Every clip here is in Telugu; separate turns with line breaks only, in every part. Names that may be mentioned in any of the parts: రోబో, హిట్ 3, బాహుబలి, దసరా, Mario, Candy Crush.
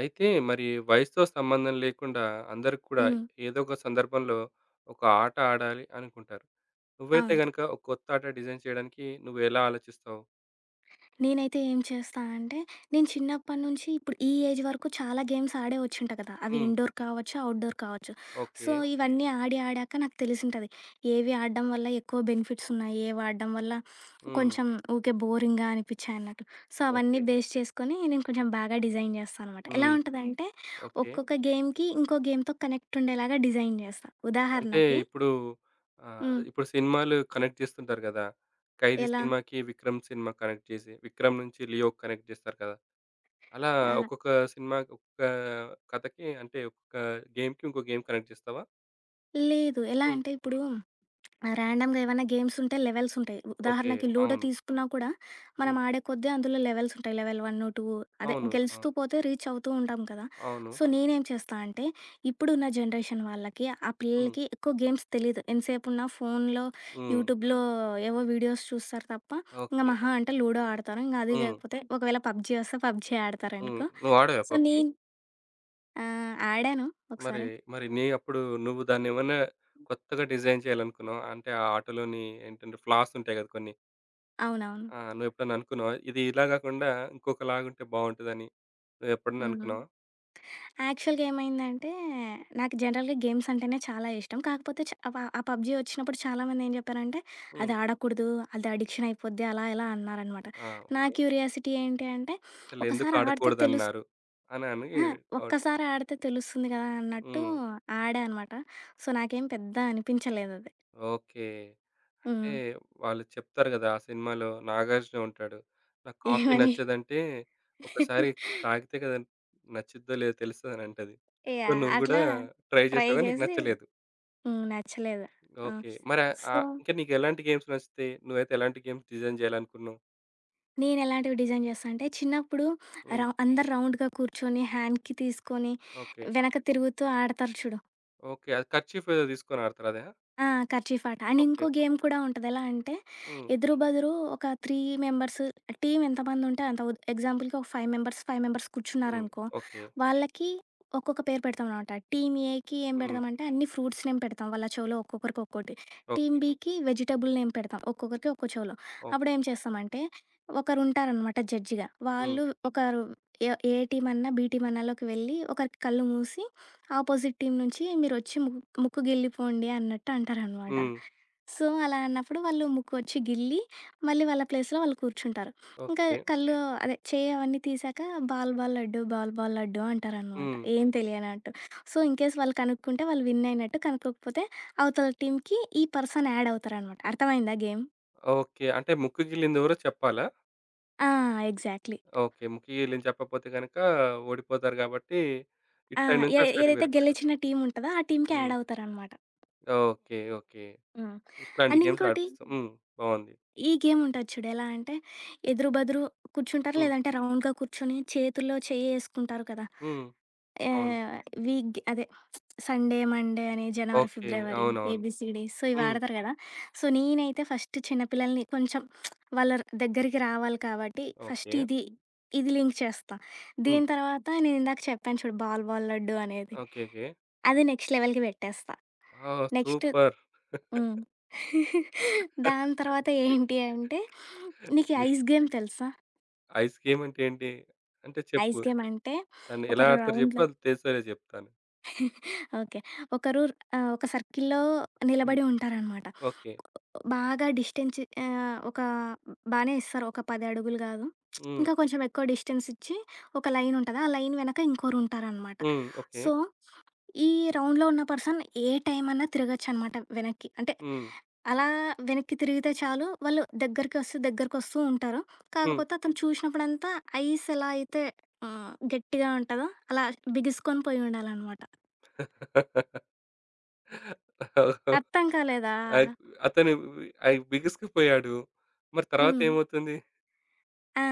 అయితే మరి వయసుతో సంబంధం లేకుండా అందరూ కూడా
హ్మ్.
ఏదో ఒక సందర్భంలో ఒక ఆట ఆడాలి అనుకుంటారు. నువ్వైతే
అవును.
గనుక ఒక కొత్త ఆట డిజైన్ చేయడానికి నువ్వెలా ఆలోచిస్తావు?
నేనైతే ఏం చేస్తా అంటే, నేను చిన్నప్పటి నుంచి ఇప్పుడు ఈ ఏజ్ వరకు చాలా గేమ్స్ ఆడే వచ్చుంటా కదా! అవి
హ్మ్.
ఇండోర్ కావచ్చు, ఔట్‌డోర్ కావచ్చు.
ఓకే.
సో, ఇవన్నీ ఆడి, ఆడాక నాకు తెలిసుంటది. ఏవి ఆడడం వల్ల ఎక్కువ బెనిఫిట్స్ ఉన్నాయి, ఏవి ఆడడం వల్ల
హ్మ్.
కొంచెం ఊకే బోరింగ్‌గా అనిపిచ్చాయన్నట్టు. So,
okay.
అవన్నీ బేస్ చేసుకొని నేను కొంచెం బాగా డిజైన్ చేస్తా అనమాట. ఎలా
హ్మ్.
ఉంటదంటే,
ఓకే.
ఒక్కొక్క గేమ్‌కి ఇంకో గేమ్‌తో కనెక్ట్ ఉండేలాగా డిజైన్ చేస్తా.
అంటే
ఉదాహరణకి
ఇప్పుడు ఆహ్,
హ్మ్.
ఇప్పుడు సినిమాలు కనెక్ట్ చేస్తుంటారు గదా! 'ఖైదీ'
ఎలా?
సినిమాకి 'విక్రమ్' సినిమా కనెక్ట్ చేసి 'విక్రమ్' నుంచి 'లియో' కనెక్ట్ చేస్తారు కదా! అలా
ఆ!
ఒక్కొక్క సినిమా ఒక్కొక్క కథకి అంటే ఒక్కొక్క గేమ్‌కి ఇంకో గేమ్ కనెక్ట్ చేస్తావా?
లేదు. ఎలా
హ్మ్.
అంటే ఇప్పుడు ర్యాండమ్‌గా ఏవన్నా గేమ్స్ ఉంటే లెవెల్స్ ఉంటాయి.
ఓకే.
ఉదాహరణకి లూడో
అవును.
తీసుకున్నా కూడా మనం
హ్మ్.
ఆడే కొద్దీ అందులో లెవెల్స్ ఉంటాయి. లెవెల్ 1, 2 అదే
అవును. అవును.
గెలుస్తూ పోతే రీచ్ అవుతూ ఉంటాం కదా!
అవును.
సో, నేనేం చేస్తా అంటే ఇప్పుడున్న జనరేషన్ వాళ్ళకి, ఆ
హ్మ్.
పిల్లలకి ఎక్కువ గేమ్స్ తెలీదు. ఎంతసేపున్నా ఫోన్‌లో,
హ్మ్.
యూట్యూబ్‌లో ఏవో వీడియోస్ చూస్తారు తప్ప, ఇంక
ఓకే.
మహా అంటే లూడో ఆడతారు. ఇంక అది
హ్మ్.
కాకపోతే ఒకవేళ పబ్‌జీ వస్తే పబ్‌జీ
హ్మ్.
ఆడతారనుకో.
నువ్వు వాడావా
సో,
పబ్‌జి?
నేను ఆ! ఆడాను
మరి
ఒకసారి.
మరి నీ అప్పుడు నువ్వు దాన్నేమన్నా కొత్తగా డిజైన్ చేయాలనుకున్నావా? అంటే ఆ ఆటలోని ఏంటంటే ఫ్లాస్ ఉంటాయి కదా కొన్ని.
అవునవును.
ఆ! నువ్వెప్పుడన్నా అనుకున్నావా? ఇది ఇలా కాకుండా ఇంకొకలాగుంటే బావుంటదని నువ్వెప్పుడన్నా
హ్మ్.
అనుకున్నావా?
యాక్చువల్‌గా ఏమైందంటే, నాకు జనరల్‌గా గేమ్స్ అంటేనే చాలా ఇష్టం. కాకపోతే చ ఆ ప ఆ పబ్‌జీ వచ్చినప్పుడు చాలామంది ఏం చెప్పారంటే,
హ్మ్.
అది ఆడకూడదు, అది అడిక్షన్ అయిపోద్ది అలా ఇలా అన్నారనమాట.
ఆ!
నా
ఓకే.
క్యూరియాసిటీ ఏంటి అంటే,
అసలెందుకు
ఒకసారి ఆడితే తెలుస్
ఆడకూడదన్నారు అని అని
అహా!
అవును.
ఒక్కసారి ఆడితే తెలుస్తుంది కదా అన్నట్టు
హ్మ్.
ఆడా అనమాట. సో, నాకేం పెద్ద అనిపించలేదది.
ఓకే. అంటే
హ్మ్.
వాళ్ళు చెప్తారు గదా! ఆ సినిమాలో నాగార్జున ఉంటాడు. నాకు కాఫీ
ఏమని
నచ్చదంటే ఒకసారి తాగితే కదా! నచ్చిద్దో లేదో తెలుస్తదనంటది. So,
yeah!
నువ్వు గూడా
అట్లా
ట్రై
ట్రై
చేసావు గాని నీకు
చేసి
నచ్చలేదు.
హ్మ్. నచ్చలేదు. ఆ!
ఓకే. మరి
సో,
ఆహ్, ఇంకా నీకెలాంటి గేమ్స్ నచ్చుతాయి? నువ్వైతే ఎలాంటి గేమ్స్ డిజైన్ జేయాలనుకున్నావు?
నేనెలాంటివి డిజైన్ చేస్తా అంటే, చిన్నప్పుడు
హ్మ్.
అందరు రౌండ్‌గా కూర్చొని హ్యాండ్‌కి తీసుకొని,
ఓకే.
వెనక తిరుగుతూ ఆడతారు చూడు.
ఓకే. అది కర్చీఫ్ ఏదో తీసుకొని ఆడతారు అదా?
ఆ! కర్చీఫ్ ఆట. And
okay.
ఇంకో గేమ్ కూడా ఉంటది. ఎలా అంటే,
హ్మ్.
ఎదురు బదురు ఒక 3 మెంబర్స్ టీమ్ ఎంతమందుంటే అంత ఎగ్జాంపుల్‌కి ఒక 5 మెంబర్స్, 5 మెంబర్స్
హ్మ్.
కూర్చున్నారనుకో,
ఓకే.
వాళ్ళకి ఒక్కొక్క పేరు పెడతామనమాట. టీమ్ ఏకి ఏం
హ్మ్.
పెడతామంటే అన్ని ఫ్రూట్స్ నేమ్ పెడతాం. వాళ్ళ చెవిలో ఒక్కొక్కరికి ఒక్కోటి. Team
okay.
బికి వెజిటబుల్ నేమ్ పెడతాం. ఒక్కొక్కరికి ఒక్కో చెవిలో.
ఓకే.
అప్పుడేం చేస్తామంటే, ఒకరుంటారనమాట జడ్జిగా.
హ్మ్.
వాళ్ళు ఒకరు ఏ టీమన్నా, బీ టీమన్నాలోకి వెళ్ళి ఒకరి కళ్ళు మూసి ఆపోజిట్ టీమ్ నుంచి మీరొచ్చి ముగ్గు ముక్కు గిల్లిపోండి అన్నట్టు అంటారనమాట.
హ్మ్.
సో, అలా అన్నప్పుడు వాళ్ళు ముక్కొచ్చి గిల్లి, మళ్ళీ వాళ్ళ ప్లేస్‌లో వాళ్ళు కూర్చుంటారు. ఇంకా
ఓకే.
కళ్ళు అదే చెయ్యి అవన్నీ తీశాక ball ball laddu, ball ball laddu అంటారనమాట.
హ్మ్.
ఏం తెలియనట్టు. సో, ఇన్‌కేస్ వాళ్ళు కనుక్కుంటే వాళ్ళు విన్ అయినట్టు, కనుక్కోకపోతే అవతల టీమ్‌కి ఈ పర్సన్ యాడ్ అవుతారనమాట. అర్థమైందా గేమ్?
ఓకే. అంటే ముక్కు గిల్లిందెవరో చెప్పాలా?
ఆ! ఎగ్జాక్ట్‌లీ.
ఓకే. ముఖ్య వీళ్ళని చెప్పకపోతే గనక ఓడిపోతారు గాబట్టి, ఇటు
ఆ!
సైడ్ నుంచి అటు సైడ్‌కి
ఏదైతే
వెళ్ళిపోతారు.
గెలిచిన టీమ్ ఉంటదో ఆ టీమ్‌కి
హ్మ్.
యాడ్ అవుతారనమాట.
ఓకే. ఓకే.
హ్మ్.
ఇట్లాంటి
అండ్
గేమ్స్
ఇంకోటి
ఆడిపిస్తాం. హ్మ్. బావుంది.
ఈ గేమ్ ఉంటది చూడు. ఎలా అంటే ఎదురు బదురు కూర్చుంటారు.
హ్మ్.
లేదంటే రౌండ్‌గా కూర్చొని చేతుల్లో చెయ్యేసుకుంటారు కదా!
హ్మ్. అవును.
ఆహ్, వీక్ అదే సండే, మండే అని జనవరి,
ఓకే.
ఫిబ్రవరి,
అవునవును.
ఏబీసీడీ సో, ఇవి
హ్మ్.
ఆడతారు కదా! సో, నేనైతే ఫస్ట్ చిన్న పిల్లల్ని కొంచెం వాళ్ళ దగ్గరికి రావాలి కాబట్టి ఫస్ట్
ఓకే.
ఇది, ఇది లింక్ చేస్తా.
హ్మ్.
దీని తర్వాత నేనిందాక చెప్పాను చూడు బాల్ బాల్ లడ్డు అనేది.
ఓకే. ఓకే.
అది నెక్స్ట్ లెవెల్‌కి పెట్టేస్తా.
ఆ!
Next
super.
హ్మ్. దాని తర్వాత ఏంటి అంటే, నీకీ
నీకు
ఐస్ గేమ్ తెలుసా?
ఐస్ గేమ్ అంటే ఏంటి? అంటే చెప్పు.
ఐస్ గేమ్ అంటే,
దాన్ని
ఒక
ఎలా ఆడతారో చెప్పు.
రౌండ్‌లో
అది తెలిసేలా చెప్తాను.
ఓకే. ఒకరు ఆహ్, ఒక సర్కిల్‌లో
హ్మ్.
నిలబడి ఉంటారనమాట.
ఓకే.
బాగా డిస్టెన్స్ ఆహ్, ఒక బానే ఇస్తారు. ఒక 10 అడుగులు గాదు.
హ్మ్.
ఇంకా కొంచెం ఎక్కువ డిస్టెన్స్ ఇచ్చి ఒక లైన్ ఉంటది. ఆ లైన్ వెనక ఇంకోరుంటారనమాట.
హ్మ్. ఓకే.
సో, ఈ రౌండ్‌లో ఉన్న పర్సన్ ఏ టైం అన్నా తిరగొచ్చనమాట వెనక్కి. అంటే
హ్మ్.
అలా వెనక్కి తిరిగితే చాలు వాళ్ళు దగ్గరికి వస్తూ, దగ్గరకొస్తూ ఉంటారు.
హ్మ్.
కాకపోతే అతను చూసినప్పుడంతా ఐస్ ఎలా అయితే ఆహ్, గట్టిగా ఉంటదో అలా బిగుసుకొని పోయి ఉండాలనమాట. అర్థం కాలేదా?
అగ్ అతను అయి బిగుసుకుపోయాడు. మరి
హ్మ్.
తర్వాతేమవుతుంది?
ఆ!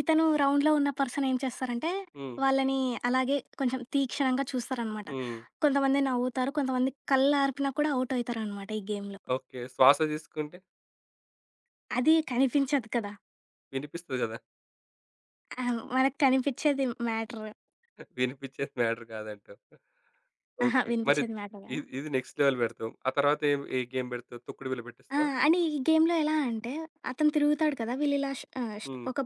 ఇతను రౌండ్‌లో ఉన్న పర్సన్ ఏం చేస్తారంటే,
హ్మ్.
వాళ్ళని అలాగే కొంచెం తీక్షణంగా చూస్తారనమాట.
హ్మ్.
కొంతమంది నవ్వుతారు, కొంతమంది కళ్ళార్పినా కూడా ఔట్ అవుతారనమాట ఈ గేమ్‌లో.
ఓకే. శ్వాస తీసుకుంటే
అది కనిపించదు కదా!
వినిపిస్తది గదా!
ఆ! మనకు కనిపిచ్చేది మ్యాటరు.
వినిపిచ్చేది మ్యాటర్ కాదంటావు.
అహా!
ఓకే. మరి
వినిపిచ్చేది మ్యాటర్ కాదా?
ఇది ఇది నెక్స్ట్ లెవెల్ పెడతావు. ఆ తర్వాత ఏ గేమ్ పెడతావు? తొక్కుడు బిళ్ళ
ఆ!
పెట్టిస్తావా?
అండ్ ఈ గేమ్‌లో ఎలా అంటే, అతను తిరుగుతాడు కదా! వీళ్ళిలా ష్ ఆహ్, ష్
హ్మ్.
ఒక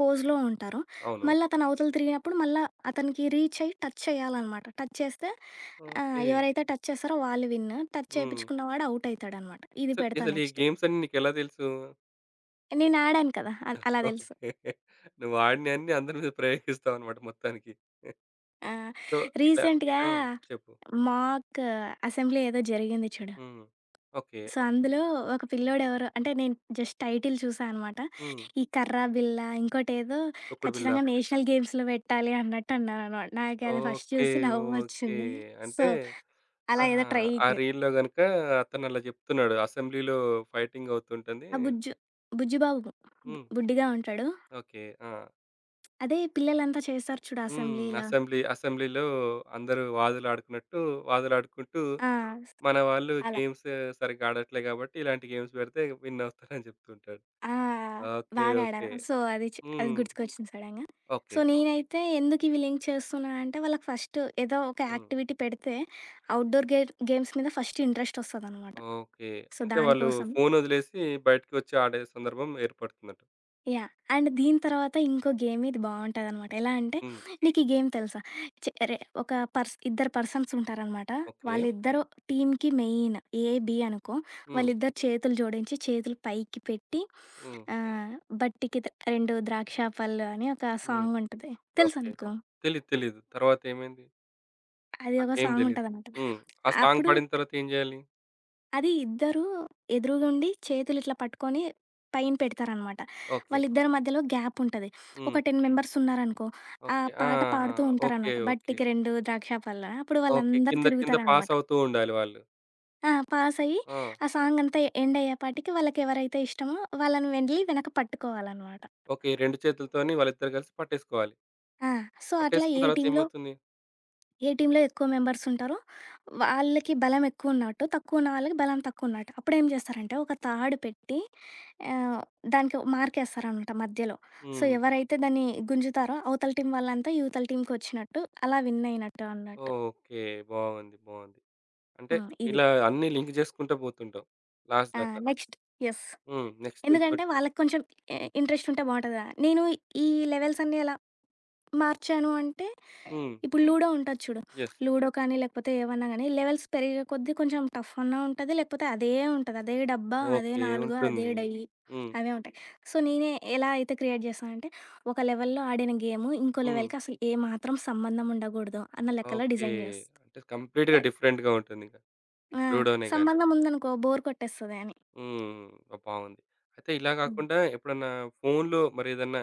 పోజ్‌లో ఉంటారు.
అవును.
మళ్ళీ అతను అవతల తిరిగినప్పుడు మళ్ళా అతనికి రీచ్ అయ్యి టచ్ చేయాలనమాట. టచ్ చేస్తే ఆహ్,
ఓకే.
ఎవరైతే టచ్ చేస్తారో వాళ్ళు విన్. టచ్
హ్మ్.
చేపించుకున్న వాడు ఔట్ అయితాడనమాట. ఇది
అసలు
పెడతా
అసలు ఈ
నెక్స్ట్.
గేమ్స్ అన్నీ నీకెలా తెలుసు?
నేను ఆడాను కదా! అలా తెలుసు.
ఓకే. నువ్వు ఆడినయన్నీ అందరి మీద ప్రయోగిస్తావన్నమాట మొత్తానికి.
ఆ!
సో, ఇట్లా
రీసెంట్‌గా
ఆ! చెప్పు.
మాక్ అసెంబ్లీ ఏదో జరిగింది చూడు.
హ్మ్. ఓకే.
సో, అందులో ఒక పిల్లోడెవరో అంటే నేను జస్ట్ టైటిల్ చూసా అనమాట.
హ్మ్.
ఈ కర్రా బిల్ల, ఇంకోటేదో
తొక్కుడు బిళ్ళ.
ఖచ్చితంగా నేషనల్ గేమ్స్‌లో పెట్టాలి అన్నట్టు అన్నారనమాట. నాకది ఫస్ట్
ఓకే.
చూసి
ఓకే.
నవ్వొచ్చింది. సో,
అంటే
అలా
ఆహా!
ఏదో
ఆ
ట్రైయింగ్.
రీల్‌లో గనుక అతనలా జెప్తున్నాడు. అసెంబ్లీలో ఫైటింగ్ అవుతుంటుంది.
ఆ బుజ్జు, బుజ్జి బాబు
హ్మ్.
బుడ్డిగా ఉంటాడు.
ఓకే. ఆ!
అదే పిల్లలంతా చేస్తారు చూడు
హ్మ్.
అసెంబ్లీ‌లా
అసెంబ్లీలో అందరూ వాదులాడుకున్నట్టు వాదులాడుకుంటూ
ఆ!
మన వాళ్ళు
అలా.
గేమ్స్ సరిగ్గా ఆడట్లే గాబట్టి ఇలాంటి గేమ్స్ పెడితే విన్ అవుతారని జెప్తుంటాడు.
ఆ!
ఓకే.
బాగా ఆడారు.
ఓకే.
సో, అది
హ్మ్.
గుర్తుకొచ్చింది సడెన్‌గా.
ఓకే.
సో, నేనైతే ఎందుకు ఇవి లింక్ చేస్తున్నా అంటే, వాళ్ళకి ఫస్ట్ ఏదో ఒక
హ్మ్.
యాక్టివిటీ పెడితే, అవుట్‌డోర్ గేమ్స్ మీద ఫస్ట్ ఇంట్రెస్ట్ ఒస్తదనమాట.
ఓకే.
సో,
అంటే వాళ్ళు
దానికోసం.
ఫోనొదిలేసి బయటికి వచ్చి ఆడే సందర్భం ఏర్పడుతుందట.
యాహ్! అండ్ దీని తర్వాత ఇంకో గేమ్ ఇది బావుంటదనమాట. ఎలా అంటే
హ్మ్.
నీకు ఈ గేమ్ తెలుసా? చె అరే ఒక ఇద్దరు పర్సన్స్ ఉంటారనమాట.
ఓకే.
వాళ్ళిద్దరూ టీమ్‌కి మెయిన్ ఏ, బి అనుకో.
హ్మ్.
వాళ్ళిద్దరు చేతులు జోడించి చేతులు పైకి పెట్టి
హ్మ్.
ఆహ్, బట్టికి 2 ద్రాక్ష పళ్ళు అని ఒక
హ్మ్.
సాంగుంటది. తెలుసా
ఓకే.
నీకు?
తెలీదు. తెలీదు. తర్వాతేమైంది?
అది ఒక
నాకేం తెలీదు.
సాంగుంటదనమాట.
హ్మ్. ఆ సాంగ్
అప్పుడు
పడిన తర్వాత ఏం జేయాలి?
అది ఇద్దరూ ఎదురుగుండి చేతులిట్లా పట్టుకొని పైన పెడతారనమాట.
ఓకే.
వాళ్ళిద్దరి మధ్యలో గ్యాపుంటది. ఒక
హ్మ్.
10 మెంబర్స్ ఉన్నారనుకో, ఆ
ఓకే. ఆ!
పాట
ఆ!
పాడుతూ
ఓకే.
ఉంటారనమాట.
ఓకే.
'బట్టికి 2 ద్రాక్ష పళ్ళ' అప్పుడు
ఓకే.
వాళ్ళందరూ
కింద కింద పాస్
తిరుగుతారనమాట.
అవుతూ ఉండాలి వాళ్ళు.
ఆ! పాసయ్యి
ఆ!
ఆ సాంగంతా ఎండయ్యేపాటికి వాళ్ళకెవరైతే ఇష్టమో వాళ్ళని వెళ్లి వెనక పట్టుకోవాలనమాట.
ఓకే. 2 చేతులతోని వాళ్ళిద్దరూ కలిసి పట్టేసుకోవాలి.
ఆ! సో, అట్లా
పట్టేసుకున్న తర్వాత ఏమవుతుంది?
ఏ టీమ్‌లో ఎక్కువ మెంబర్స్ ఉంటారో, వాళ్ళకి బలం ఎక్కువున్నట్టు, తక్కువున్న వాళ్ళకి బలం తక్కువున్నట్టు. అప్పుడేం చేస్తారంటే, ఒక తాడు పెట్టి ఆహ్, దానికి మార్కేస్తారనమాట మధ్యలో. సో,
హ్మ్.
ఎవరైతే దాన్ని గుంజుతారో, అవతల టీమ్ వాళ్ళంతా ఇవతల టీమ్‌కొచ్చినట్టు, అలా విన్ అయినట్టు అన్నట్టు.
ఓకే. బాగుంది. బాగుంది. అంటే
హ్మ్. ఇది.
ఇలా అన్నీ లింక్ జేసుకుంటా పోతుంటాం లాస్ట్
ఆ!
దాకా.
Next yes.
హ్మ్. నెక్స్ట్
ఎందుకంటే,
ఇంకోటి
వాళ్ళకి కొంచెం ఇంట్రెస్ట్ ఉంటే బావుంటది కదా! నేను ఈ లెవెల్స్ అన్నీ ఎలా మార్చాను అంటే
హ్మ్.
ఇప్పుడు లూడో ఉంటది చూడు.
యెస్.
లూడో కానీ, లేకపోతే ఏవన్నా గానీ, లెవెల్స్ పెరిగే కొద్దీ కొంచెం టఫ్ అన్నా ఉంటది, లేకపోతే అదే ఉంటది. అదే డబ్బా, అదే
ఓకే.
నాలుక, అదే
ఉంటుంది.
డయ్యి
హ్మ్.
అవే ఉంటాయి. సో, నేనే ఎలా అయితే క్రియేట్ చేశానంటే, ఒక లెవెల్‌లో ఆడిన గేము, ఇంకో
హ్మ్.
లెవెల్‌కి అసలు ఏమాత్రం సంబంధం ఉండకూడదు అన్న లెక్కలో
ఓకే.
డిజైన్ చేస్తా.
అంటే కంప్లీట్‌గా
ఎ
డిఫరెంట్‌గా ఉంటుందింక.
ఆ!
లూడోనే గాని.
సంబంధం ఉందనుకో బోర్ కొట్టేస్తది అని.
హ్మ్. బావుంది. అయితే ఇలా
హ్మ్.
గాకుండా ఎప్పుడన్నా ఫోన్‌లో మరేదన్నా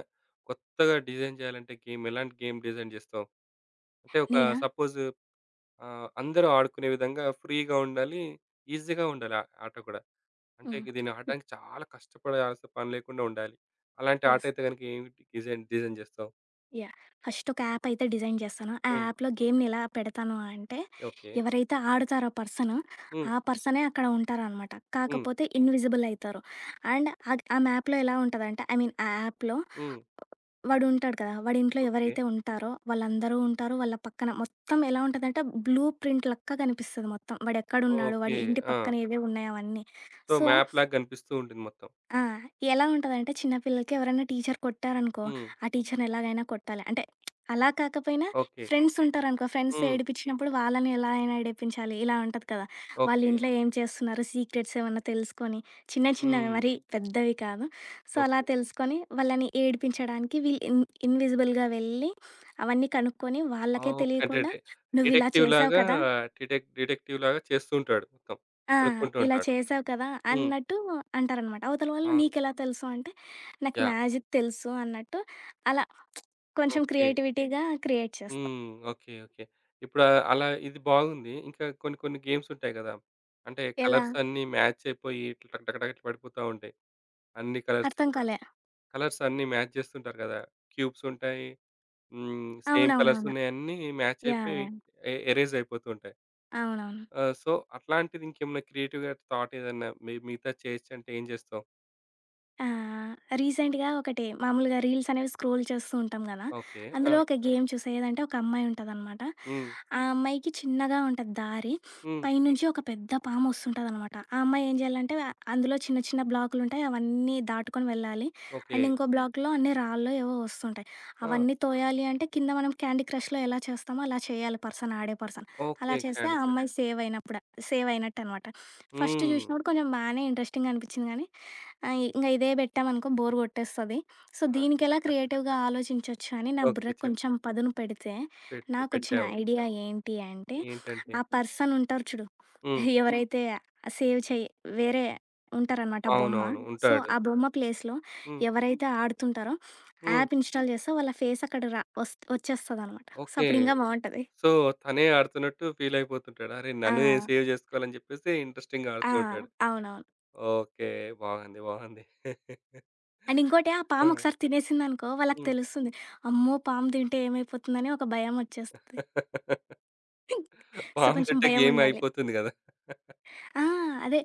కొత్తగా డిజైన్ చేయాలంటే గేమ్ ఎలాంటి గేమ్ డిజైన్ జేస్తావు? అంటే ఒక
నేనా?
సపోజ్ ఆహ్, అందరూ ఆడుకునే విధంగా ఫ్రీగా ఉండాలి. ఈజీగా ఉండాలి ఆ ఆట కూడా. అంటే
హ్మ్.
ఇది దీన్ని ఆడడానికి చాలా కష్టపడాల్సిన పని లేకుండా ఉండాలి. అలాంటి ఆట
యెస్.
అయితే గనుక ఏమిటి డిజైన్ డిజైన్ జేస్తావు?
యాహ్! ఫస్ట్ ఒక యాప్ అయితే డిజైన్ చేస్తాను. ఆ
హ్మ్.
యాప్‌లో గేమ్‌ని ఎలా పెడతాను అంటే,
ఓకే.
ఎవరైతే ఆడుతారో పర్సన్,
హ్మ్.
ఆ పర్సనే అక్కడ ఉంటారనమాట.
హ్మ్.
కాకపోతే ఇన్విజిబుల్ అయితారు. అండ్ ఆ మ్యాప్‌లో ఎలా ఉంటదంటే, ఐ మీన్ ఆ యాప్‌లో
హ్మ్.
వాడు ఉంటాడు కదా! వాడి ఇంట్లో
ఓకే.
ఎవరైతే ఉంటారో వాళ్ళందరూ ఉంటారు. వాళ్ళ పక్కన మొత్తం ఎలా ఉంటదంటే, బ్లూ ప్రింట్ లెక్క కనిపిస్తది మొత్తం. వాడెక్కడున్నాడు?
ఓకే.
వాడి ఇంటి
ఆ!
పక్కన ఏవేవి ఉన్నాయో అవన్నీ.
సో,
సో
మ్యాప్‌లాగా గనిపిస్తూ ఉంటుంది మొత్తం.
ఆ! ఎలా ఉంటదంటే చిన్న పిల్లలకి ఎవరైనా టీచర్ కొట్టారనుకో,
హ్మ్.
ఆ టీచర్‌ని ఎలాగైనా కొట్టాలి. అంటే అలా కాకపోయినా
ఓకే.
ఫ్రెండ్స్ ఉంటారనుకో, ఫ్రెండ్స్
హ్మ్.
ఏడిపించినప్పుడు వాళ్ళని ఎలా అయినా ఏడిపించాలి. ఇలా ఉంటది కదా! వాళ్ళు
ఓకే.
ఇంట్లో ఏం చేస్తున్నారు, సీక్రెట్స్ ఏమన్నా తెలుసుకొని చిన్న చిన్నవి
హ్మ్.
మరీ పెద్దవి కాదు. సో, అలా
ఓకే.
తెలుసుకొని వాళ్ళని ఏడిపించడానికి వీళ్ళు ఇన్విజిబుల్‌గా వెళ్ళి అవన్నీ కనుక్కొని వాళ్ళకే
ఓకే. అంటే
తెలియకుండా నువ్విలా చేసావు
డిటెక్టివ్‌లాగా
కదా!
డిటెక్టివ్‌లాగా చేస్తూ ఉంటాడు మొత్తం.
ఆ!
కనుక్కుంటూ
ఇలా
ఉంటాడు.
చేసావు కదా!
హ్మ్.
అన్నట్టు అంటారనమాట. అవతల వాళ్ళు
అవును.
నీకెలా తెలుసు అంటే, నాకు
యాహ్!
మ్యాజిక్ తెలుసు అన్నట్టు అలా కొంచెం
ఓకే.
క్రియేటివిటీగా క్రియేట్ చేస్తాం.
హ్మ్. ఓకే. ఓకే. ఇప్పుడు ఆహ్, అలా ఇది బాగుంది. ఇంకా కొన్ని కొన్ని గేమ్స్ ఉంటాయి గదా! అంటే
ఎలా?
కలర్స్ అన్నీ మ్యాచ్ అయిపోయి ఇట్లా టక్ టక్ టక్ ఇట్లా పడిపోతా ఉంటాయి. అన్ని కలర్స్,
అర్థం కాలే.
కలర్స్ అన్నీ మ్యాచ్ చేస్తుంటారు గదా! క్యూబ్స్ ఉంటాయి. హ్మ్. సేమ్ కలర్స్
అవునవునవును.
ఉన్నాయి అన్నీ మ్యాచ్
యాహ్!
అయిపోయి
యాహ్!
ఎరేజ్ అయిపోతూ ఉంటాయి.
అవునవును.
ఆ! సో, అట్లాంటిది ఇంకేమన్నా క్రియేటివ్‌గా థాట్ ఏదన్నా మీ మిగతా చేయొచ్చు అంటే ఏం చేస్తావు?
ఆ! రీసెంట్‌గా ఒకటి మామూలుగా రీల్స్ అనేవి స్క్రోల్ చేస్తూ ఉంటాం గదా!
ఓకే. ఆ!
అందులో ఒక గేమ్ చూసా. ఏదంటే ఒక అమ్మాయి ఉంటదనమాట.
హ్మ్.
ఆ అమ్మాయికి చిన్నగా ఉంటది దారి.
హ్మ్.
పైనుంచి ఒక పెద్ద పాము వస్తుంటదనమాట. ఆ అమ్మాయి ఏం చేయాలంటే అందులో చిన్న చిన్న బ్లాకులుంటాయి. అవన్నీ దాటుకొని వెళ్ళాలి.
ఓకే.
అండ్ ఇంకో బ్లాక్‌లో అన్ని రాళ్ళో ఏవో వస్తుంటాయి.
ఆ!
అవన్నీ తోయాలి అంటే కింద మనం క్యాండీ క్రష్‌లో ఎలా చేస్తామో అలా చేయాలి ఆడే పర్సన్.
ఓకే.
అలా చేస్తే
క్యాండీ
ఆ
క్రష్.
అమ్మాయి సేవ్ అయినప్పుడు సేవ్ అయినట్టనమాట. ఫస్ట్
హ్మ్.
చూసినప్పుడు కొంచెం బానే ఇంట్రెస్టింగ్‌గా అనిపించింది గానీ ఆ! ఇదే బెట్టామనుకో బోర్ గొట్టేస్తది. సో,
ఆ!
దీనికెలా క్రియేటివ్‌గా ఆలోచించొచ్చు అని నా
ఓకే.
బుర్రకు
చెప్పు
కొంచెం పదును పెడితే, నాకొచ్చిన
పెట్టావు.
ఐడియా ఏంటి అంటే,
ఏంటంటే
ఆ పర్సన్ ఉంటారు చూడు.
హ్మ్.
ఎవరైతే సేవ్ చేయి వేరే ఉంటారనమాట బొమ్మ.
అవునవును.
సో,
ఉంటాడు.
ఆ బొమ్మ ప్లేస్‌లో
హ్మ్.
ఎవరైతే ఆడుతుంటారో
హ్మ్.
యాప్ ఇన్‌స్టాల్ చేస్తే వాళ్ళ ఫేస్ అక్కడ ర వస్ వచ్చేస్తదనమాట. So,
okay.
అప్పుడింకా బావుంటది.
సో, తనే ఆడుతున్నట్టు ఫీల్ అయిపోతుంటాడు. అరే!
ఆ!
నన్ను నేను సేవ్ చేసుకోవాలని చెప్పేసి ఇంట్రెస్టింగ్‌గా
ఆ!
ఆడుతూ ఉంటాడు.
అవునవును.
ఓకే. బాగుంది. బాగుంది.
అండ్ ఇంకోటి ఆ
ఆ!
పాము ఒకసారి తినేసిందనుకో వాళ్ళకి
హ్మ్.
తెలుస్తుంది. అమ్మో! పాము తింటే ఏమైపోతుందని ఒక భయం వచ్చేస్తది. సో,
పాము
కొంచెం
తింటే
భయం
గేమ్
ఉండాలి.
అయిపోతుంది గదా!
ఆ! అదే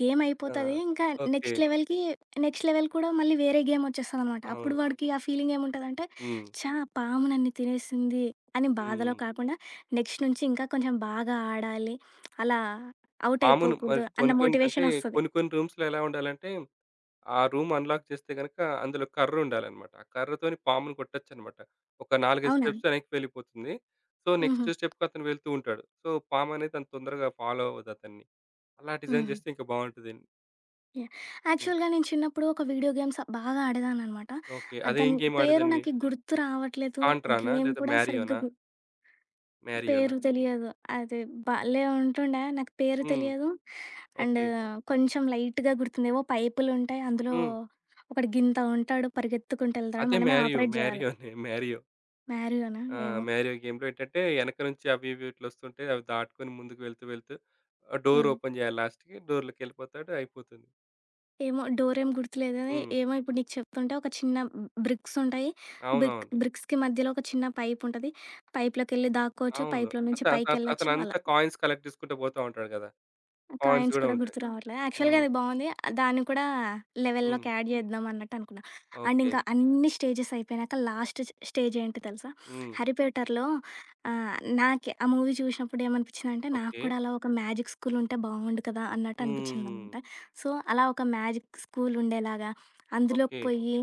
గేమ్
ఆ!
అయిపోతది. ఇంకా
ఓకే.
నెక్స్ట్ లెవెల్‌కి నెక్స్ట్ లెవెల్ కూడా మళ్ళీ వేరే గేమ్ వచ్చేస్తదనమాట. అప్పుడు
అవును.
వాడికి ఆ ఫీలింగ్ ఏముంటదంటే,
హ్మ్.
ఛా! పాము నన్ను తినేసింది అని బాధలో
హ్మ్.
కాకుండా నెక్స్ట్ నుంచి ఇంకా కొంచెం బాగా ఆడాలి. అలా ఔట్
పామును మరి
అయిపోకూడదు అన్న
కొన్ని కొన్ని అంటే
మోటివేషన్ వస్తది.
కొన్ని కొన్ని రూమ్స్‌లో ఎలా ఉండాలంటే, ఆ రూమ్ అన్‌లాక్ చేస్తే గనక అందులో కర్ర ఉండాలన్నమాట. ఆ కర్రతోని పాముని కొట్టొచ్చన్నమాట. ఒక 4, 5
అవునా?
స్టెప్స్ వెనక్కి వెళ్ళిపోతుంది. సో,
హుహు.
నెక్స్ట్ స్టెప్‌కి అతను వెళ్తూ ఉంటాడు. సో, పామనేది అంత తొందరగా ఫాలో అవ్వదు అతన్ని. అలా డిజైన్
హ్మ్.
చేస్తే ఇంకా బావుంటది.
యాహ్!
హ్మ్.
యాక్చువల్‌గా నేను చిన్నప్పుడు ఒక వీడియో గేమ్స్ బాగా ఆడేదాన్ననమాట.
ఓకే.
ఆహ్,
అదేం
దాని
గేమ్
పేరు
ఆడేదానివి?
నాకి గుర్తు రావట్లేదు.
కాంట్రానా?
గేమ్
లేదా
కూడా సరిగ్గా
మారియోనా?
గు
మారియోనా?
పేరు తెలియదు. అది భలే ఉంటుండే. నాకు పేరు
హ్మ్.
తెలియదు. And
okay.
కొంచెం లైట్‌గా గుర్తుంది. ఏవో పైపులుంటాయి. అందులో
హ్మ్.
ఒకడు గింత ఉంటాడు. పరిగెత్తుకుంటూ ఎళ్తాడు.
అదే
మనమే
'మ్యారియో'
ఆపరేట్ జేయాలి.
'మ్యారియో‌నే' 'మ్యారియో'
మారియోనా
ఆ!
ఏమో!
'మ్యారియో' గేమ్‌లో ఏంటంటే ఎనక నుంచి అవి ఇవి ఇట్లొస్తుంటే అవి దాటుకొని ముందుకు వెళ్తూ వెళ్తూ ఆ డోర్
హ్మ్.
ఓపెన్ చేయాలి లాస్ట్‌కి. డోర్‌లోకెళ్ళిపోతాడు అయిపోతుంది.
ఏమో డోరేం గుర్తులేదు గానీ,
హ్మ్.
ఏమో ఇప్పుడు నీకు చెప్తుంటే ఒక చిన్న బ్రిక్స్ ఉంటాయి.
అవునవును.
బ్రిక్స్‌కి మధ్యలో ఒక చిన్న పైపుంటది. పైప్‌లోకెళ్ళి దాక్కోవచ్చు.
అవును. అవును
పైప్‌లో
అత
నుంచి
అత
పైకెళ్ళొచ్చు. అలా.
అతనంతా కాయిన్స్ కలెక్ట్ చేసుకుంటూ పోతా ఉంటాడు కదా! కాయిన్స్
కాయిన్స్
కూడా
కూడా
ఉంటాయి.
గుర్తు రావట్లే. యాక్చువల్‌గా
హ్మ్.
అది బావుంది. దాన్ని కూడా
హ్మ్.
లెవెల్‌లోకి యాడ్ చేద్దాం అన్నట్టు అనుకున్నా. And
okay.
ఇంకా అన్ని స్టేజెస్ అయిపోయినాక లాస్ట్ స్టేజ్ ఏంటి తెలుసా?
హ్మ్.
'హ్యారీ పాటర్‌లో' ఆహ్, నాకే ఆ మూవీ చూసినప్పుడు ఏమనిపించిందంటే, నాకు
ఓకే.
కూడా అలా ఒక మ్యాజిక్ స్కూల్ ఉంటే బావుండు కదా! అన్నట్టు
హ్మ్.
అనిపించిందనమాట. సో, అలా ఒక మ్యాజిక్ స్కూల్ ఉండేలాగా అందులోకి
ఓకే.
పోయి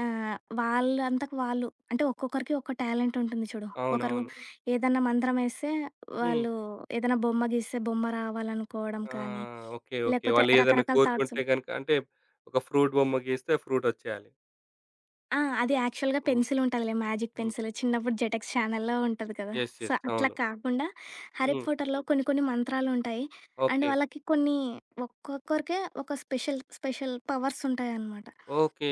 ఆహ్, వాళ్ళంతకు వాళ్ళు అంటే ఒక్కొక్కరికి ఒక్కో టాలెంట్ ఉంటుంది చూడు. ఒకరు
అవునవును.
ఏదన్నా మంత్రం వేస్తే
హ్మ్.
వాళ్ళు ఏదైనా బొమ్మ గీస్తే బొమ్మ రావాలనుకోవడం
ఆ!
కానీ,
ఓకే. ఓకే.
లేకపోతే
వాళ్ళు ఏదైనా
రకరకాల థాట్స్
కోరుకుంటే గనుక అంటే ఒక ఫ్రూట్ బొమ్మ గీస్తే ఫ్రూట్ వచ్చేయాలి.
ఆ! అది యాక్చువల్‌గా
హ్మ్.
పెన్సిల్ ఉంటదిలే మ్యాజిక్
హ్మ్.
పెన్సిల్. చిన్నప్పుడు జెటెక్స్ ఛానెల్‌లో ఉంటది కదా!
యెస్.
So,
yes.
అట్లా
అవును.
కాకుండా 'హ్యారీ
హ్మ్.
పాటర్‌లో' కొన్ని కొన్ని మంత్రాలుంటాయి. And
okay.
వాళ్ళకి కొన్ని ఒక్కొక్కరికే ఒక స్పెషల్ స్పెషల్ పవర్స్ ఉంటాయనమాట.
ఓకే.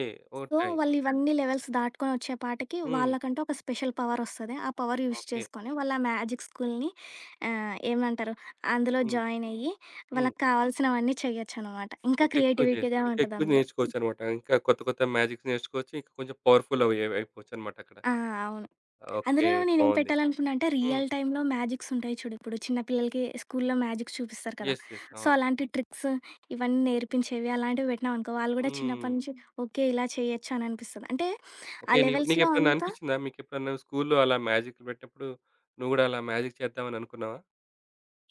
సో,
ఉంటాయి.
వాళ్ళు ఇవన్నీ లెవెల్స్ దాటుకొని వచ్చే పాటికి
హ్మ్.
వాళ్ళకంటూ ఒక స్పెషల్ పవర్ వస్తది. ఆ పవర్ యూజ్
ఓకే.
చేసుకొని వాళ్ళ మ్యాజిక్ స్కూల్‌ని ఆహ్, ఏమంటారు అందులో
హ్మ్.
జాయిన్ అయ్యి
హ్మ్.
వాళ్ళకి కావాల్సినవన్నీ చేయొచ్చనమాట. ఇంకా
ఇంకెక్కువ చేసి
క్రియేటివిటీగా
ఇంకెక్కువ
ఉంటదందులో.
నేర్చుకోవచ్చనమాట. ఇంకా కొత్త కొత్త మ్యాజిక్స్ నేర్చుకోవచ్చు. ఇంకా కొంచెం పవర్‌ఫుల్ అయిపోవచ్చనమాట అక్కడ.
ఆ! అవును.
ఓకే.
అందులో నేనేం
బావుంది.
పెట్టాలనుకున్నా అంటే
హ్మ్.
రియల్ టైమ్‌లో మ్యాజిక్స్ ఉంటాయి చూడు. ఇప్పుడు చిన్న పిల్లలకి స్కూల్‌లో మ్యాజిక్స్ చూపిస్తారు కదా!
యెస్. యెస్.
సో,
అవును.
అలాంటి ట్రిక్స్ ఇవన్నీ నేర్పించేవి అలాంటివి పెట్టినామనుకో వాళ్ళు గూడా
హ్మ్.
చిన్నప్పటి నుంచి ఓకే. ఇలా చేయొచ్చు అని అనిపిస్తది. అంటే ఆ
ఓకే.
లెవెల్స్‌లో
నీకెప్పుడన్నా
అంతా
అనిపిచ్చిందా? మీకెప్పుడన్నా స్కూల్‌లో అలా మ్యాజిక్‌లు పెట్టినప్పుడు నువ్వు గూడా అలా మ్యాజిక్ చేద్దామని అనుకున్నావా?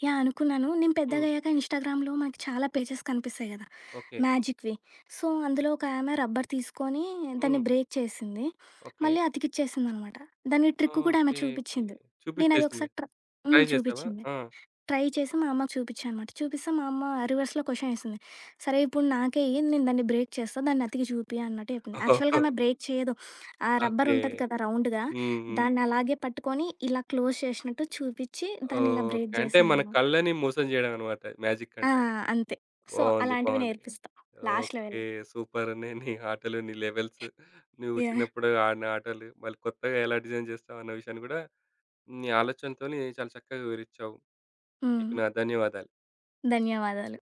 యాహ్! అనుకున్నాను. నేను
హ్మ్.
పెద్దగయ్యాక ఇన్‌స్టాగ్రామ్‌లో మనకి చాలా పేజెస్ కనిపిస్తాయి గదా!
ఓకే.
మ్యాజిక్‌వి. సో, అందులో ఒక ఆమె రబ్బర్ తీసుకొని దాన్ని
హ్మ్.
బ్రేక్ చేసింది.
ఓకే.
మళ్ళీ అతికిచ్చేసిందనమాట. దాని ట్రిక్ కూడా ఆమె
ఓకే. ఓకే.
చూపిచ్చింది. నేనది
చూపిచ్చేసింది.
ఒకసారి ట్ర
ట్రై
హ్మ్.
చేసావా?
చూపిచ్చింది.
ఆ!
ట్రై చేసి మా అమ్మకి చూపిచ్చా అనమాట. చూపిస్తే మా అమ్మ రివర్స్‌లో క్వశ్చన్ ఏసింది. సరే ఇప్పుడు నాకే ఇయ్యి నేను దాన్ని బ్రేక్ చేస్తా. దాన్ని అతికి చూపి అన్నట్టు చెప్పింది. యాక్చువల్‌గా ఆమె బ్రేక్ చేయదు. ఆ రబ్బర్
ఓకే.
ఉంటది కదా! రౌండ్‌గా
హ్మ్. హ్మ్.
దాన్ని అలాగే పట్టుకొని ఇలా క్లోజ్ చేసినట్టు చూపిచ్చి దాన్ని ఇలా బ్రేక్
ఓకే. అంటే మన
చేసిందనమాట.
కళ్ళని మోసం జేయడం అన్నమాట మ్యాజిక్
ఆ!
అంటే.
అంతే. సో,
బావుంది.
అలాంటివి
బావుంది.
నేర్పిస్తా. లాస్ట్‌లో
ఓకే.
వెళ్ళి.
సూపర్. నీ ఆటలు, నీ లెవెల్స్, నువ్వు
యాహ్!
చిన్నప్పుడు ఆడిన ఆటలు, మళ్ళీ కొత్తగా ఎలా డిజైన్ జేస్తావన్న విషయాన్ని గూడా నీ ఆలోచనతోని చాలా చక్కగా వివరిచ్చావు. నీకు
హ్మ్.
నా ధన్యవాదాలు.
ధన్యవాదాలు.